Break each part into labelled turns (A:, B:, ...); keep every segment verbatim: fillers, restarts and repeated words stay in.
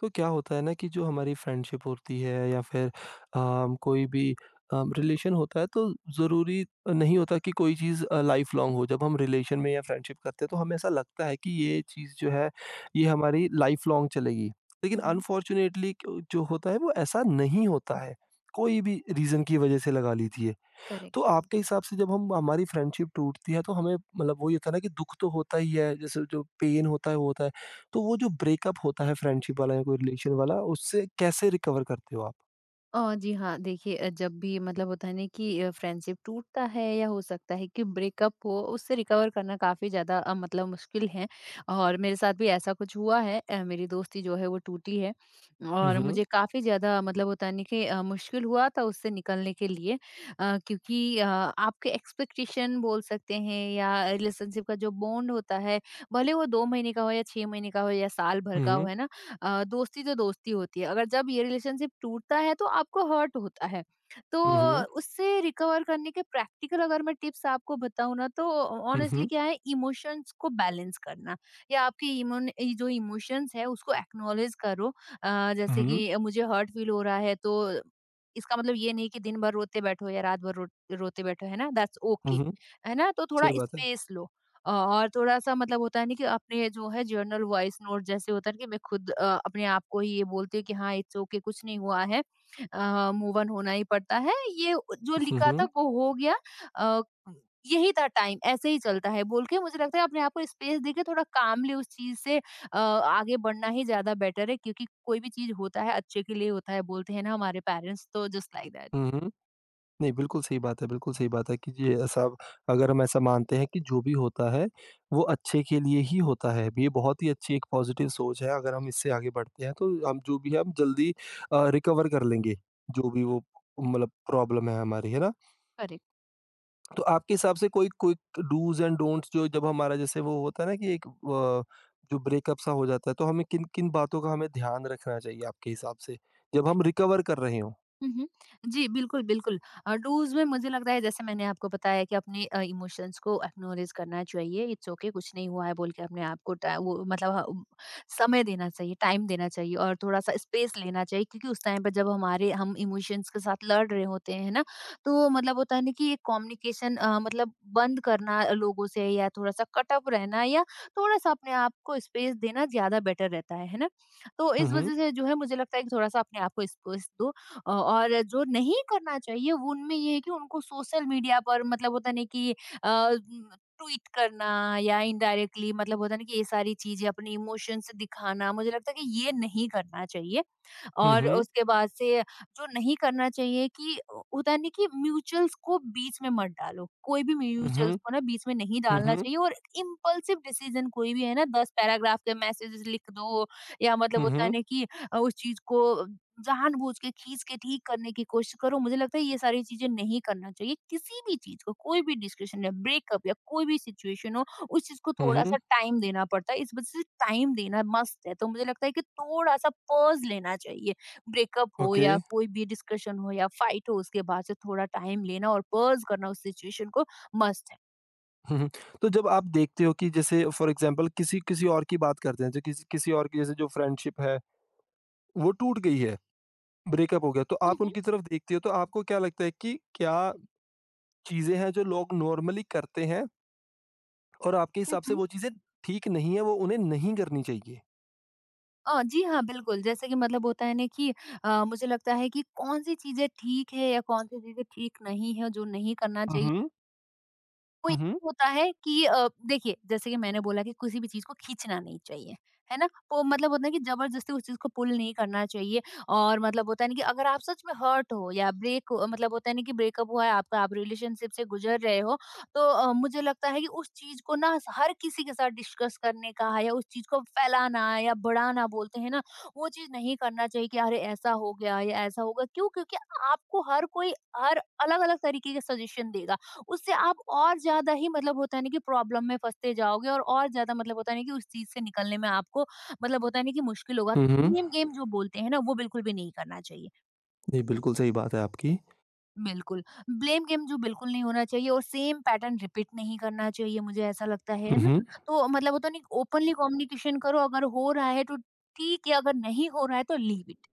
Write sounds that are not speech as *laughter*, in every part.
A: तो क्या होता है ना कि जो हमारी फ्रेंडशिप होती है या फिर अम, कोई भी रिलेशन होता है तो ज़रूरी नहीं होता कि कोई चीज़ लाइफ लॉन्ग हो जब हम रिलेशन में या फ्रेंडशिप करते हैं तो हमें ऐसा लगता है कि ये चीज़ जो है ये हमारी लाइफ लॉन्ग चलेगी लेकिन
B: हुँ,
A: अनफॉर्चुनेटली जो होता है वो ऐसा नहीं होता है कोई भी रीज़न की वजह से लगा लीजिए।
B: करेक्ट।
A: तो आपके हिसाब से जब हम हमारी फ्रेंडशिप टूटती है तो हमें मतलब वही होता है ना कि दुख तो होता ही है जैसे जो पेन होता है वो होता है। तो वो जो ब्रेकअप होता है फ्रेंडशिप वाला या कोई रिलेशन वाला उससे कैसे रिकवर करते हो आप?
B: अ, जी हाँ, देखिए अ, जब भी मतलब होता है ना कि अ, फ्रेंडशिप टूटता है या हो सकता है कि ब्रेकअप हो, उससे रिकवर करना काफ़ी ज़्यादा अ, मतलब मुश्किल है और मेरे साथ भी ऐसा कुछ हुआ है। अ, मेरी दोस्ती जो है वो टूटी है
A: हुँ,
B: और
A: हुँ।
B: मुझे काफ़ी ज़्यादा मतलब होता है ना कि अ, मुश्किल हुआ था उससे निकलने के लिए। अ, क्योंकि अ, आपके एक्सपेक्टेशन बोल सकते हैं या रिलेशनशिप का जो बॉन्ड होता है, भले वो दो महीने का हो या छह महीने का हो या साल भर
A: हुँ,
B: का हो,
A: हुँ।
B: है ना? अ, दोस्ती तो दोस्ती होती है अगर जब ये रिलेशनशिप टूटता है तो आपको हर्ट होता है तो
A: हुँ, हुँ।
B: उससे रिकवर करने के प्रैक्टिकल अगर मैं टिप्स आपको बताऊं ना तो ऑनेस्टली
A: हुँ,
B: क्या है, इमोशंस को बैलेंस करना या आपके इमोन ये जो इमोशंस है उसको एक्नॉलेज करो। अ, जैसे
A: हुँ।
B: कि मुझे हर्ट फील हो रहा है तो इसका मतलब ये नहीं कि दिन भर रोते बैठो या रात भर रो, रोते बैठो, है ना? दैट्स
A: हुँ,
B: ओके,
A: हुँ।
B: है ना? तो थोड़ा
A: सही बात है।
B: स्पेस लो। अ, और थोड़ा-सा मतलब होता है ना कि अपने जो है जर्नल वॉइस नोट जैसे होता है ना कि मैं खुद अ, अपने आप को ही ये बोलती हूँ कि हाँ, इट्स ओके, कुछ नहीं हुआ है। अ, मूव ऑन होना ही पड़ता है। ये जो
A: हुँ,
B: लिखा था
A: हुँ।
B: वो हो गया। अ, यही था टाइम, ऐसे ही चलता है बोल के मुझे लगता है अपने आप को स्पेस देके थोड़ा कामली उस चीज़ से अ, आगे बढ़ना ही ज़्यादा बेटर है क्योंकि कोई भी चीज़ होता है अच्छे के लिए होता है बोलते हैं ना हमारे पेरेंट्स, तो जस्ट लाइक दैट।
A: हुँ, हुँ। नहीं, बिल्कुल सही बात है, बिल्कुल सही बात है कि ये ऐसा अगर हम ऐसा मानते हैं कि जो भी होता है, वो अच्छे के लिए ही होता है। ये बहुत ही अच्छी एक पॉज़िटिव सोच है, अगर हम इससे आगे बढ़ते हैं तो हम जो भी है हम जल्दी अ, रिकवर कर लेंगे, जो भी वो मतलब प्रॉब्लम है हमारी, है ना?
B: करेक्ट।
A: तो आपके हिसाब से कोई कोई डूज़ एंड डोंट्स जो जब हमारा जैसे वो होता है ना कि एक अ, जो ब्रेकअप सा हो जाता है, तो हमें किन-किन बातों का हमें ध्यान रखना चाहिए आपके हिसाब से, जब हम रिकवर कर रहे हों?
B: हुँ, हुँ। जी, बिल्कुल, बिल्कुल। अ, डूज़ में मुझे लगता है जैसे मैंने आपको बताया कि अपने अ, इमोशंस को एक्नॉलेज करना चाहिए, इट्स ओके okay, कुछ नहीं हुआ है बोल के अपने आप को टा वो मतलब ह उम, समय देना चाहिए, टाइम देना चाहिए और थोड़ा-सा स्पेस लेना चाहिए क्योंकि उस टाइम पे जब हमारे हम इमोशंस के साथ लड़ रहे होते हैं, है ना? तो मतलब होता है ना कि एक कम्युनिकेशन अ, मतलब बंद करना लोगों से या थोड़ा-सा कट ऑफ रहना या थोड़ा-सा अपने आप को स्पेस देना ज़्यादा बेटर रहता है, है ना? तो इस
A: हुँ, हुँ।
B: वज़ह से जो है मुझे लगता है कि थोड़ा-सा अपने आप को स्पेस दो। अ, और जो नहीं करना चाहिए वो उनमें ये है कि उनको सोशल मीडिया पर मतलब होता नहीं कि अ, उम, ट्वीट करना या इनडायरेक्टली मतलब होता है ना कि ये सारी चीजें अपने इमोशंस दिखाना, मुझे लगता है कि ये नहीं करना चाहिए।
A: हुँ,
B: और
A: हुँ।
B: उसके बाद से जो नहीं करना चाहिए कि अ, होता है ना कि म्यूचुअल्स को बीच में मत डालो। कोई भी
A: हुँ,
B: म्यूचुअल्स
A: हुँ।
B: को ना बीच में नहीं
A: हुँ,
B: डालना
A: हुँ।
B: चाहिए और इम्पल्सिव डिसीज़न कोई भी, है ना, दस पैराग्राफ के मैसेजेस लिख दो या मतलब
A: हुँ,
B: होता है
A: हुँ।
B: ना कि अ, उस चीज़ को जानबूझ के खींच के ठीक करने की कोशिश करो। मुझे लगता है ये सारी चीज़ें नहीं करना चाहिए। किसी भी चीज़ को, कोई भी डिस्कशन या ब्रेकअप या कोई भी सिचुएशन हो उस चीज़ को
A: हुँ,
B: थोड़ा-सा
A: हुँ।
B: टाइम देना पड़ता है। इस वजह से टाइम देना मस्ट है। तो मुझे लगता है कि थोड़ा-सा पॉज़ लेना चाहिए। ब्रेकअप हो
A: ओके।
B: या कोई भी डिस्कशन हो या फाइट हो, उसके बाद से थोड़ा टाइम लेना और पॉज़ करना उस सिचुएशन को मस्ट है।
A: हुँ, हुँ। तो जब आप देखते हो कि जैसे फ़ॉर एग्ज़ाम्पल किसी किसी और की बात करते हैं, जो किसी किसी और की जैसे जो फ्रेंडशिप है, वो टूट गई है, ब्रेकअप हो गया, तो
B: हुँ,
A: आप
B: हुँ।
A: उनकी तरफ देखते हो तो आपको क्या लगता है कि क्या चीज़ें हैं जो लोग नॉर्मली करते हैं और आपके
B: हुँ,
A: हिसाब से
B: हुँ।
A: वो चीज़ें ठीक नहीं है, वो उन्हें नहीं करनी चाहिए?
B: अ, जी हाँ, बिल्कुल। जैसे कि मतलब होता है ना कि अ, मुझे लगता है कि कौन-सी चीज़ें ठीक है या कौन-सी चीज़ें ठीक नहीं है, जो नहीं करना
A: हुँ,
B: चाहिए।
A: हुँ।
B: वो ये
A: हुँ, हुँ।
B: होता है कि अ, देखिए जैसे कि मैंने बोला कि किसी भी चीज़ को खींचना नहीं चाहिए, है ना? वो मतलब होता है कि ज़बरदस्ती उस चीज़ को पुल नहीं करना चाहिए और मतलब होता है ना कि अगर आप सच में हर्ट हो या ब्रेक मतलब होता है ना कि ब्रेकअप हुआ है आपका, आप रिलेशनशिप से गुज़र रहे हो, तो अ, मुझे लगता है कि उस चीज़ को ना हर किसी के साथ डिस्कस करने का या उस चीज़ को फैलाना या बढ़ाना बोलते हैं ना, वो चीज़ नहीं करना चाहिए कि अरे ऐसा हो गया या ऐसा होगा। क्यों? क्योंकि आपको हर कोई हर अलग-अलग तरीके के सजेशन देगा। उससे आप और ज़्यादा ही मतलब होता है ना कि प्रॉब्लम में फँसते जाओगे और और ज़्यादा मतलब होता है ना कि उस चीज़ से निकलने में आपको मतलब होता है ना कि मुश्किल होगा।
A: हुँ,
B: तो
A: हुँ।
B: ब्लेम गेम जो बोलते हैं ना, वो बिल्कुल भी नहीं करना चाहिए।
A: जी, बिल्कुल सही बात है आपकी।
B: बिल्कुल, ब्लेम गेम जो बिल्कुल नहीं होना चाहिए और सेम पैटर्न रिपीट नहीं करना चाहिए, मुझे ऐसा लगता है, है
A: हुँ,
B: ना?
A: हुँ।
B: तो मतलब होता है ना, ओपनली कम्युनिकेशन करो, अगर हो रहा है तो ठीक है, अगर नहीं हो रहा है तो लीव इट।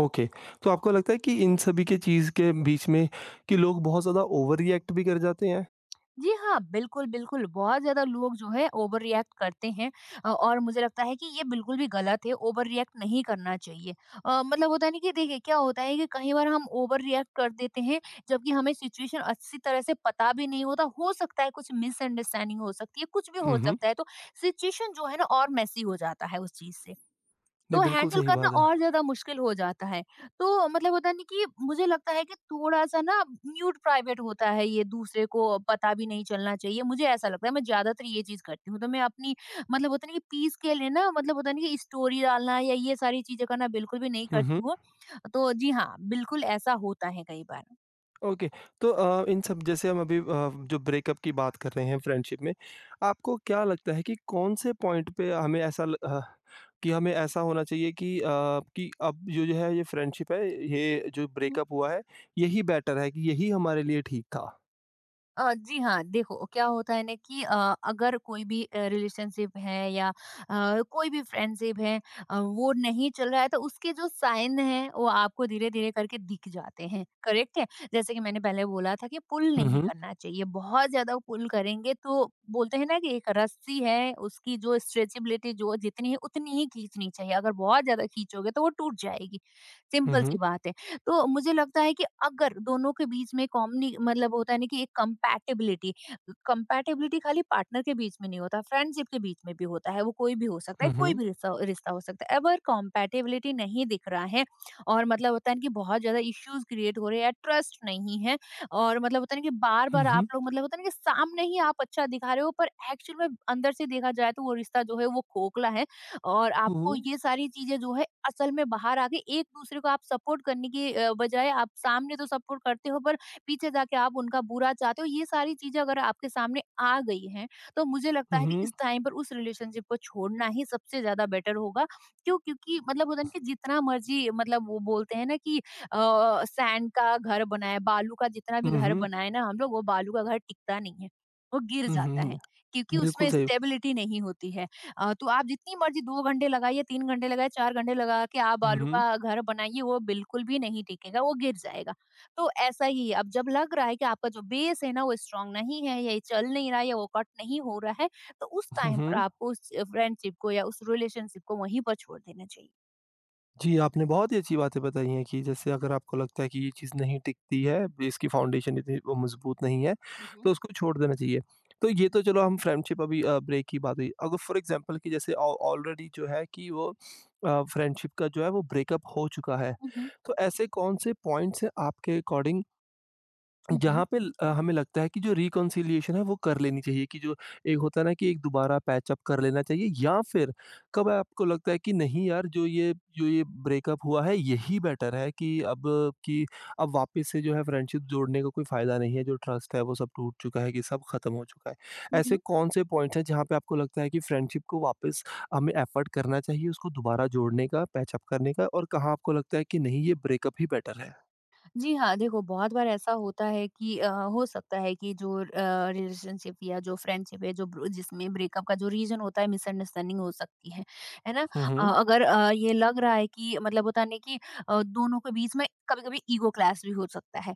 A: ओके। तो आपको लगता है कि इन सभी के चीज़ के बीच में कि लोग बहुत ज़्यादा ओवर रिएक्ट भी कर जाते हैं?
B: जी हाँ, बिल्कुल, बिल्कुल, बहुत ज़्यादा लोग जो है ओवर रिएक्ट करते हैं। अ, और मुझे लगता है कि ये बिल्कुल भी गलत है, ओवर रिएक्ट नहीं करना चाहिए। अ, मतलब होता है ना कि देखिए क्या होता है कि कई बार हम ओवर रिएक्ट कर देते हैं, जबकि हमें सिचुएशन अच्छी तरह से पता भी नहीं होता, हो सकता है कुछ मिसअंडरस्टैंडिंग हो सकती है, कुछ भी हो
A: हुँ, हुँ।
B: सकता है, तो सिचुएशन जो है ना और मेसी हो जाता है उस चीज़ से। तो
A: नहीं, बिल्कुल
B: हैंडल
A: सही
B: करना
A: बात है।
B: और ज़्यादा मुश्किल हो जाता है। तो मतलब होता है ना कि मुझे लगता है कि थोड़ा-सा ना म्यूट प्राइवेट होता है, ये दूसरे को पता भी नहीं चलना चाहिए, मुझे ऐसा लगता है, मैं ज़्यादातर ये चीज़ करती हूँ। तो मैं अपनी मतलब होता है ना कि पीस के लिए ना मतलब होता है ना कि स्टोरी डालना या ये सारी चीज़ें करना बिल्कुल भी नहीं
A: हुँ, हुँ।
B: करती हूँ। तो जी हाँ, बिल्कुल ऐसा होता है कई बार।
A: ओके, तो अ, इन सब जैसे हम अभी अ, जो ब्रेकअप की बात कर रहे हैं फ्रेंडशिप में, आपको क्या लगता है कि कौन-से पॉइंट पे हमें ऐसा ल अ, कि हमें ऐसा होना चाहिए कि अ, कि अब जो जो है ये फ्रेंडशिप है, ये जो ब्रेकअप हुआ है, यही बेटर है कि यही हमारे लिए ठीक था?
B: अ, जी हाँ, देखो क्या होता है ना कि अ, अगर कोई भी अ, रिलेशनशिप है या अ, कोई भी फ्रेंडशिप है, अ, वो नहीं चल रहा है तो उसके जो साइन हैं वो आपको धीरे-धीरे करके दिख जाते हैं, करेक्ट है? जैसे कि मैंने पहले बोला था कि पुल
A: हुँ,
B: नहीं
A: हुँ।
B: करना चाहिए, बहुत ज़्यादा पुल करेंगे तो बोलते हैं ना कि एक रस्सी है उसकी जो स्ट्रेचेबिलिटी जो जितनी है उतनी ही खींचनी चाहिए, अगर बहुत ज़्यादा खींचोगे तो वो टूट जाएगी।
A: हुँ,
B: सिंपल सी
A: हुँ।
B: बात है। तो मुझे लगता है कि अगर दोनों के बीच में कॉमनी मतलब होता है ना कि एक कंपैटिबिलिटी कंपैटिबिलिटी खाली पार्टनर के बीच में नहीं होता, फ्रेंडशिप के बीच में भी होता है, वो कोई भी हो सकता है,
A: हुँ,
B: कोई
A: हुँ।
B: भी रिश्ता रिश्ता हो सकता है। अगर कंपैटिबिलिटी नहीं दिख रहा है और मतलब होता है ना कि बहुत ज़्यादा इश्यूज क्रिएट हो रहे हैं, ट्रस्ट नहीं है और मतलब होता है ना कि बार-बार आप लोग मतलब होता है ना कि सामने ही आप अच्छा दिखा रहे हो पर एक्चुअल में अंदर से देखा जाए तो वो रिश्ता जो है वो खोखला है। और
A: हुँ,
B: आपको
A: हुँ।
B: ये सारी चीज़ें जो है असल में बाहर आके एक-दूसरे को आप सपोर्ट करने के अ, बजाय आप सामने तो सपोर्ट करते हो पर पीछे जाके आप उनका बुरा चाहते हो, ये सारी चीज़ें अगर आपके सामने आ गई हैं, तो मुझे लगता
A: हुँ,
B: है कि
A: हुँ।
B: इस टाइम पर उस रिलेशनशिप को छोड़ना ही सबसे ज़्यादा बेटर होगा। क्यों? क्योंकि मतलब होता है ना कि जितना मर्ज़ी मतलब वो बोलते हैं ना कि अ, सैंड का घर बनाए, बालू का जितना भी
A: हुँ, हुँ। हुँ,
B: घर
A: हुँ।
B: बनाए ना हम लोग, वो बालू का घर टिकता नहीं है, वो गिर
A: हुँ,
B: जाता है,
A: हुँ।
B: क्योंकि
A: बिल्कुल
B: उसमें
A: सही।
B: स्टेबिलिटी नहीं होती है। अ, तो आप जितनी मर्ज़ी दो घंटे लगाइए, तीन घंटे लगाइए, चार घंटे लगा के आप
A: हुँ,
B: आलू
A: हुँ।
B: का घर बनाइए, वो बिल्कुल भी नहीं टिकेगा, वो गिर जाएगा। तो ऐसा ही है, अब जब लग रहा है कि आपका जो बेस है ना, वो स्ट्रॉन्ग नहीं है, या ये चल नहीं रहा है या वो कट नहीं हो रहा है, तो उस
A: हुँ,
B: टाइम पर
A: हुँ।
B: आपको उस फ्रेंडशिप को या उस रिलेशनशिप को वहीं पर छोड़ देना चाहिए।
A: जी, आपने बहुत ही अच्छी बातें बताई हैं कि जैसे अगर आपको लगता है कि ये चीज़ नहीं टिकती है, इसकी फाउंडेशन इतनी वो मज़बूत नहीं है,
B: हुँ, हुँ।
A: तो उसको छोड़ देना चाहिए। तो ये तो चलो हम फ्रेंडशिप अभी अ, ब्रेक की बात हुई। अगर फॉर एग्ज़ाम्पल कि जैसे ऑ ऑलरेडी जो है कि वो अ, फ्रेंडशिप का जो है वो ब्रेकअप हो चुका है।
B: हुँ, हुँ।
A: तो ऐसे कौन से पॉइंट्स हैं आपके अकॉर्डिंग
B: हुँ,
A: जहाँ पे ल अ, हमें लगता है कि जो रिकॉन्सिलिएशन है वो कर लेनी चाहिए कि जो एक होता है ना कि एक दोबारा पैच अप कर लेना चाहिए या फिर कब आपको लगता है कि नहीं यार जो ये जो ये ब्रेकअप हुआ है यही बेटर है कि अब कि अब वापस से जो है फ्रेंडशिप जोड़ने का कोई फ़ायदा नहीं है, जो ट्रस्ट है वो सब टूट चुका है कि सब ख़त्म हो चुका है। ऐसे
B: हुँ।
A: कौन से पॉइंट्स हैं जहाँ पे आपको लगता है कि फ्रेंडशिप को वापस हमें एफ़र्ट करना चाहिए उसको दोबारा जोड़ने का, पैच अप करने का और कहाँ आपको लगता है कि नहीं ये ब्रेकअप ही बेटर है?
B: जी हाँ, देखो बहुत बार ऐसा होता है कि अ, हो सकता है कि जो अ, रिलेशनशिप या जो फ्रेंडशिप है जो ब्रो जिसमें ब्रेकअप का जो रीज़न होता है मिसअंडरस्टैंडिंग हो सकती है, है ना?
A: हुँ,
B: अ,
A: हुँ।
B: अगर अ, ये लग रहा है कि मतलब होता है ना कि अ, दोनों के बीच में कभी-कभी ईगो क्लैश भी हो सकता है।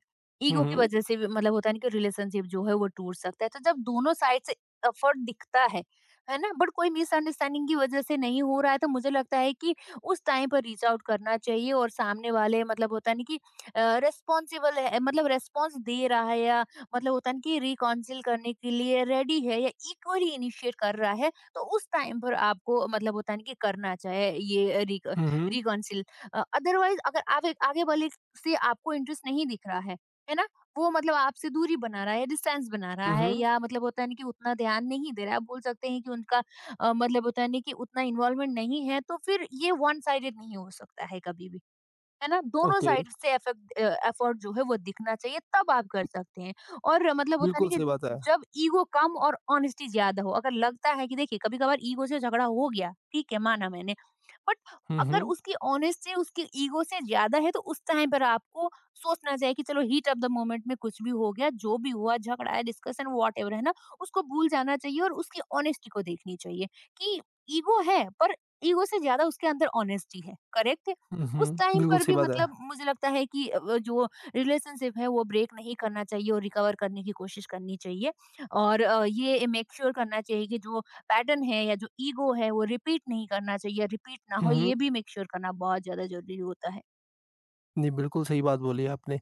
A: हुँ,
B: ईगो की
A: हुँ।
B: वज़ह से भी मतलब होता है ना कि रिलेशनशिप जो है वो टूट सकता है। तो जब दोनों साइड से एफर्ट दिखता है, है ना? बट कोई मिसअंडरस्टैंडिंग की वज़ह से नहीं हो रहा है तो मुझे लगता है कि उस टाइम पर रीच आउट करना चाहिए और सामने वाले मतलब होता है ना कि अ, रिस्पॉन्सिबल है मतलब रिस्पॉन्स दे रहा है या मतलब होता है ना कि रिकाउंसिल करने के लिए रेडी है या इक्वली इनिशिएट कर रहा है तो उस टाइम पर आपको मतलब होता है ना कि करना चाहिए ये
A: हुँ, हुँ।
B: रिकाउंसिल। अदरवाइज अगर आप एक आगे वाले से आपको इंटरेस्ट नहीं दिख रहा है है ना, वो मतलब आपसे दूरी बना रहा है, डिस्टेंस बना रहा
A: हुँ,
B: है
A: हुँ।
B: या मतलब होता है ना कि उतना ध्यान नहीं दे रहा है, आप बोल सकते हैं कि उनका अ, मतलब होता है ना कि उतना इन्वॉल्वमेंट नहीं है, तो फिर ये वन साइडेड नहीं हो सकता है कभी भी, है ना? दोनों
A: ओके,
B: साइड से एफेक्ट अ, एफर्ट जो है वो दिखना चाहिए, तब आप कर सकते हैं। और मतलब होता
A: बिल्कुल
B: नहीं कि
A: सही बात है।
B: जब ईगो कम और ऑनेस्टी ज्यादा हो, अगर लगता है कि देखिए कभी-कभार ईगो से झगड़ा हो गया, ठीक है माना मैंने, बट
A: हुँ,
B: अगर
A: हुँ।
B: उसकी ऑनेस्टी उसके ईगो से ज्यादा है तो उस टाइम पर आपको सोचना चाहिए कि चलो हीट ऑफ द मोमेंट में कुछ भी हो गया, जो भी हुआ झगड़ा है, डिस्कशन वॉट एवर है ना, उसको भूल जाना चाहिए और उसकी ऑनेस्टी को देखनी चाहिए कि ईगो है पर ईगो से ज्यादा उसके अंदर ऑनेस्टी है, करेक्ट।
A: हुँ,
B: उस
A: हुँ,
B: टाइम
A: बिल्कुल
B: पर
A: सही
B: भी
A: बात है।
B: मतलब मुझे लगता है कि अ, वो जो रिलेशनशिप है वो ब्रेक नहीं करना चाहिए और रिकवर करने की कोशिश करनी चाहिए। और अ, ये मेक श्योर करना चाहिए कि जो पैटर्न है या जो ईगो है वो रिपीट नहीं करना चाहिए, रिपीट ना हो
A: हुँ,
B: ये
A: हुँ।
B: भी मेक श्योर करना बहुत ज़्यादा ज़रूरी होता है।
A: नहीं, बिल्कुल सही बात बोली आपने अ,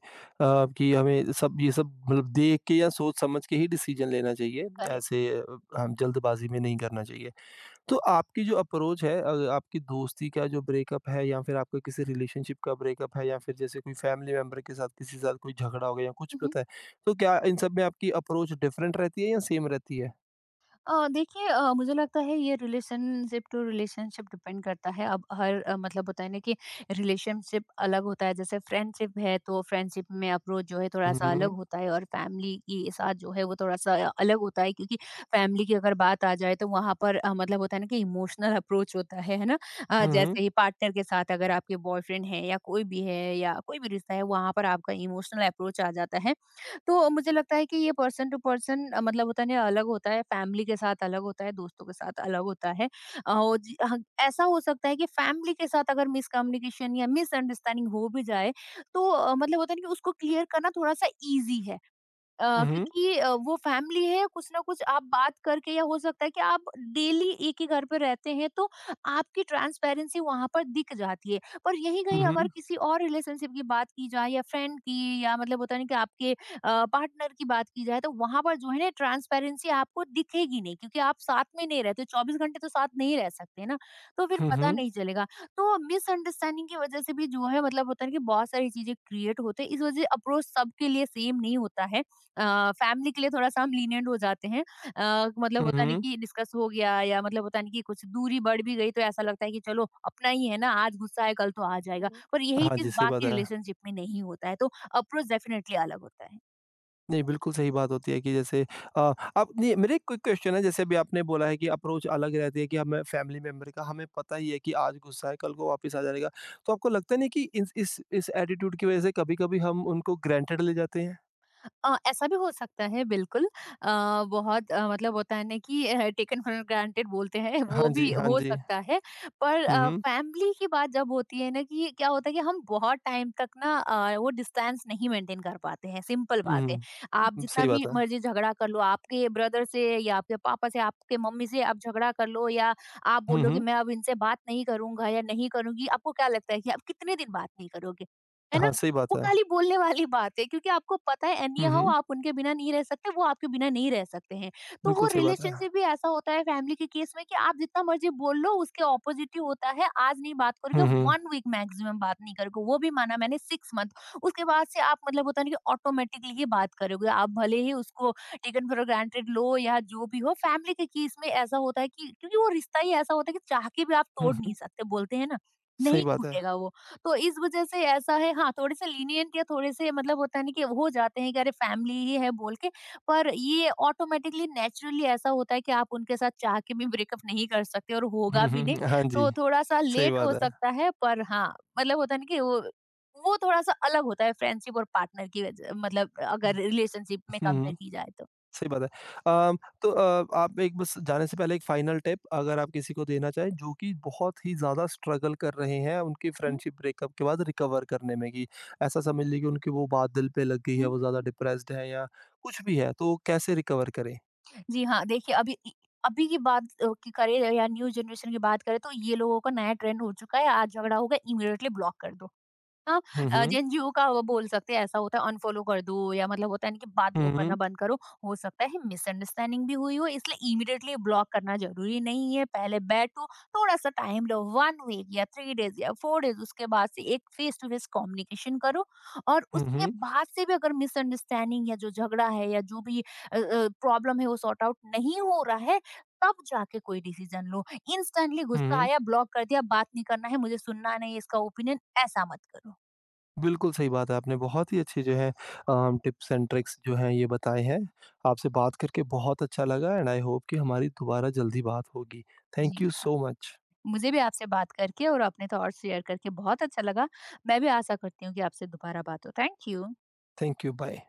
A: कि हमें सब ये सब मतलब देख के या सोच-समझ के ही डिसीज़न लेना चाहिए,
B: करेक्ट।
A: ऐसे अ, हम जल्दबाज़ी में नहीं करना चाहिए। तो आपकी जो अप्रोच है अ, आपकी दोस्ती का जो ब्रेकअप है या फिर आपका किसी रिलेशनशिप का ब्रेकअप है या फिर जैसे कोई फैमिली मेंबर के साथ किसी के साथ कोई झगड़ा हो गया या कुछ भी होता है, तो क्या इन सब में आपकी अप्रोच डिफरेंट रहती है या सेम रहती है?
B: अ, देखिए, अ, मुझे लगता है ये रिलेशनशिप टू रिलेशनशिप डिपेंड करता है। अब हर अ, मतलब होता है ना कि रिलेशनशिप अलग होता है, जैसे फ्रेंडशिप है तो फ्रेंडशिप में अप्रोच जो है थोड़ा
A: हुँ,
B: सा अलग
A: हुँ।
B: होता है और फैमिली के साथ जो है वो थोड़ा सा अलग होता है, क्योंकि फैमिली की अगर बात आ जाए तो वहाँ पर अ, मतलब होता है ना कि इमोशनल अप्रोच होता है है ना। अ,
A: हुँ, हुँ।
B: जैसे ही पार्टनर के साथ अगर आपके बॉयफ्रेंड है या कोई भी है या कोई भी रिश्ता है, वहाँ पर आपका इमोशनल अप्रोच आ जाता है। तो मुझे लगता है कि ये पर्सन टू पर्सन मतलब होता है ना अलग होता है, फैमिली के साथ अलग होता है, दोस्तों के साथ अलग होता है। अ, ओ जी ह ऐसा हो सकता है कि फैमिली के साथ अगर मिसकम्युनिकेशन या मिसअंडरस्टैंडिंग हो भी जाए, तो अ, मतलब होता है ना कि उसको क्लियर करना थोड़ा-सा ईज़ी है। अ,
A: हुँ, हुँ।
B: क्योंकि अ, वो फैमिली है, कुछ ना कुछ आप बात करके, या हो सकता है कि आप डेली एक ही घर पे रहते हैं तो आपकी ट्रांसपेरेंसी वहाँ पर दिख जाती है। पर यहीं
A: हुँ,
B: कहीं अगर
A: हुँ।
B: किसी और रिलेशनशिप की बात की जाए या फ्रेंड की या मतलब होता है ना कि आपके अ, पार्टनर की बात की जाए, तो वहाँ पर जो है ना ट्रांसपेरेंसी आपको दिखेगी नहीं, क्योंकि आप साथ में नहीं रहते, चौबीस घंटे तो साथ नहीं रह सकते ना, तो फिर
A: हुँ,
B: पता
A: हुँ।
B: नहीं चलेगा। तो मिसअंडरस्टैंडिंग की वजह से भी जो है मतलब होता है कि बहुत सारी चीज़ें क्रिएट होते हैं। इस वजह से अप्रोच सबके लिए सेम नहीं होता है। अ, फैमिली के लिए थोड़ा-सा हम lenient हो जाते हैं। अ, मतलब
A: हुँ,
B: होता नहीं
A: हुँ।
B: कि डिस्कस हो गया या मतलब होता नहीं कि कुछ दूरी बढ़ भी गई तो ऐसा लगता है कि चलो अपना ही है ना, आज गुस्सा है कल तो आ जाएगा।
A: हुँ।
B: पर यही
A: हाँ
B: चीज़
A: जी, सही बात
B: बाकी
A: है।
B: रिलेशनशिप में नहीं होता है, तो अप्रोच डेफिनिटली अलग होता है।
A: नहीं, बिल्कुल सही बात होती है कि जैसे अ, आप नहीं मेरा एक क्विक क्वेश्चन है जैसे अभी आपने बोला है कि अप्रोच अलग रहती है कि हमें फैमिली मेंबर का हमें पता ही है कि आज गुस्सा है, कल को वापस आ जाएगा। तो आपको लगता नहीं कि इस इस इस एटीट्यूड की वज़ह से कभी-कभी हम उनको ग्रांटेड ले जाते हैं?
B: अ, ऐसा भी हो सकता है बिल्कुल। अ, बहुत अ, मतलब होता है ना कि *laughs* अ, टेकन फॉर ग्रांटेड बोलते हैं, वो
A: हाँ जी,
B: भी
A: हाँ
B: हो
A: जी।
B: सकता है, पर
A: हुँ, हुँ।
B: फैमिली की बात जब होती है ना कि क्या होता है कि हम बहुत टाइम तक ना अ, वो डिस्टेंस नहीं मेंटेन कर पाते हैं, सिंपल
A: हुँ,
B: बात है।
A: हुँ।
B: आप
A: उम,
B: जितना
A: सही
B: भी
A: बात है।
B: मर्जी झगड़ा कर लो, आपके ब्रदर से या आपके पापा से आपके मम्मी से आप झगड़ा कर लो, या आप
A: हुँ,
B: बोलो कि
A: हुँ।
B: मैं अब इनसे बात नहीं करूंगा या नहीं करूंगी, आपको क्या लगता है कि आप कितने दिन बात नहीं करोगे, है ना।
A: हाँ, सही
B: वो
A: बात है।
B: खाली बोलने वाली बात है, क्योंकि आपको पता है एनी
A: हुँ,
B: हाउ
A: हुँ।
B: आप उनके बिना नहीं रह सकते, वो आपके बिना नहीं रह सकते हैं। तो वो
A: बिल्कुल सही बात है।
B: रिलेशनशिप भी ऐसा होता है फैमिली के केस में कि आप जितना मर्जी बोल लो, उसके ऑपोजिट ही होता है, आज नहीं बात करोगे,
A: हुँ, हुँ।
B: वन वीक मैक्सिमम बात नहीं करोगे, वो भी माना मैंने सिक्स मंथ। उसके बाद से आप मतलब होता है ना कि ऑटोमेटिकली ही बात करोगे, आप भले ही उसको टेकन फॉर ग्रांटेड लो या जो भी हो, फैमिली के केस में ऐसा होता है कि क्योंकि वो रिश्ता ही ऐसा होता है कि चाह के भी आप
A: हुँ,
B: तोड़ नहीं
A: हुँ।
B: सकते, बोलते हैं ना, नहीं
A: सही बात है।
B: छूटेगा वो। तो इस वजह से ऐसा है हाँ, थोड़े-से लीनिएंट या थोड़े-से मतलब होता है ना कि हो जाते हैं कि अरे फैमिली ही है बोल के, पर ये ऑटोमैटिकली नेचुरली ऐसा होता है कि आप उनके साथ चाह के भी ब्रेकअप नहीं कर सकते, और होगा
A: हुँ,
B: भी नहीं।
A: हुँ। हाँ जी,
B: तो थोड़ा-सा
A: सही
B: लेट
A: बात
B: हो
A: है।
B: सकता है पर हाँ, मतलब होता है ना कि वो वो थोड़ा-सा अलग होता है फ्रेंडशिप और पार्टनर की वजह मतलब अगर रिलेशनशिप में
A: हुँ,
B: कंपेयर
A: हुँ।
B: की जाए तो।
A: सही बात है। अम, तो अ, आप एक बस जाने से पहले एक फ़ाइनल टिप अगर आप किसी को देना चाहें जो कि बहुत ही ज़्यादा स्ट्रगल कर रहे हैं उनकी
B: हुँ,
A: फ्रेंडशिप ब्रेकअप के बाद रिकवर करने में कि ऐसा समझ लीजिए कि उनकी वो बात दिल पे लग गई है,
B: हुँ।
A: वो ज़्यादा डिप्रेस्ड है या कुछ भी है, तो कैसे रिकवर करें?
B: जी हाँ, देखिए अभी इ अभी की बात अ, की करें या न्यू जनरेशन की बात करें, तो ये लोगों का नया ट्रेंड हो चुका है, आज झगड़ा होगा इमीडिएटली ब्लॉक कर दो। ना
A: हुँ,
B: अ,
A: हुँ।
B: जे एन यू का वो बोल सकते हैं, ऐसा होता है अनफॉलो कर दो या मतलब होता है ना कि बात वो
A: हुँ, हुँ।
B: करना बंद करो। हो सकता है मिसअंडरस्टैंडिंग भी हुई हो, इसलिए इमीडिएटली ब्लॉक करना ज़रूरी नहीं है। पहले बैठो, थोड़ा-सा टाइम लो, वन वीक या थ्री डेज़ या फोर डेज़, उसके बाद से एक फेस टू फेस कम्युनिकेशन करो। और
A: हुँ,
B: उसके
A: हुँ।
B: बाद से भी अगर मिसअंडरस्टैंडिंग या जो झगड़ा है या जो भी अ अ, प्रॉब्लम है वो सॉर्ट आउट नहीं हो रहा है, तब जाके कोई डिसीज़न लो। इंस्टेंटली
A: हुँ,
B: गुस्सा
A: हुँ।
B: आया, ब्लॉक कर दिया, बात नहीं करना है, मुझे सुनना नहीं है इसका ओपिनियन, ऐसा मत करो।
A: बिल्कुल सही बात है। आपने बहुत ही अच्छी जो है अम, टिप्स एंड ट्रिक्स जो हैं ये बताए हैं। आपसे बात करके बहुत अच्छा लगा एंड आई होप कि हमारी दोबारा जल्दी बात होगी। थैंक
B: जी
A: यू
B: हाँ,
A: सो मच।
B: मुझे भी आपसे बात करके और अपने थॉट्स शेयर करके बहुत अच्छा लगा। मैं भी आशा करती हूँ कि आपसे दोबारा बात हो। Thank you.
A: Thank you, bye.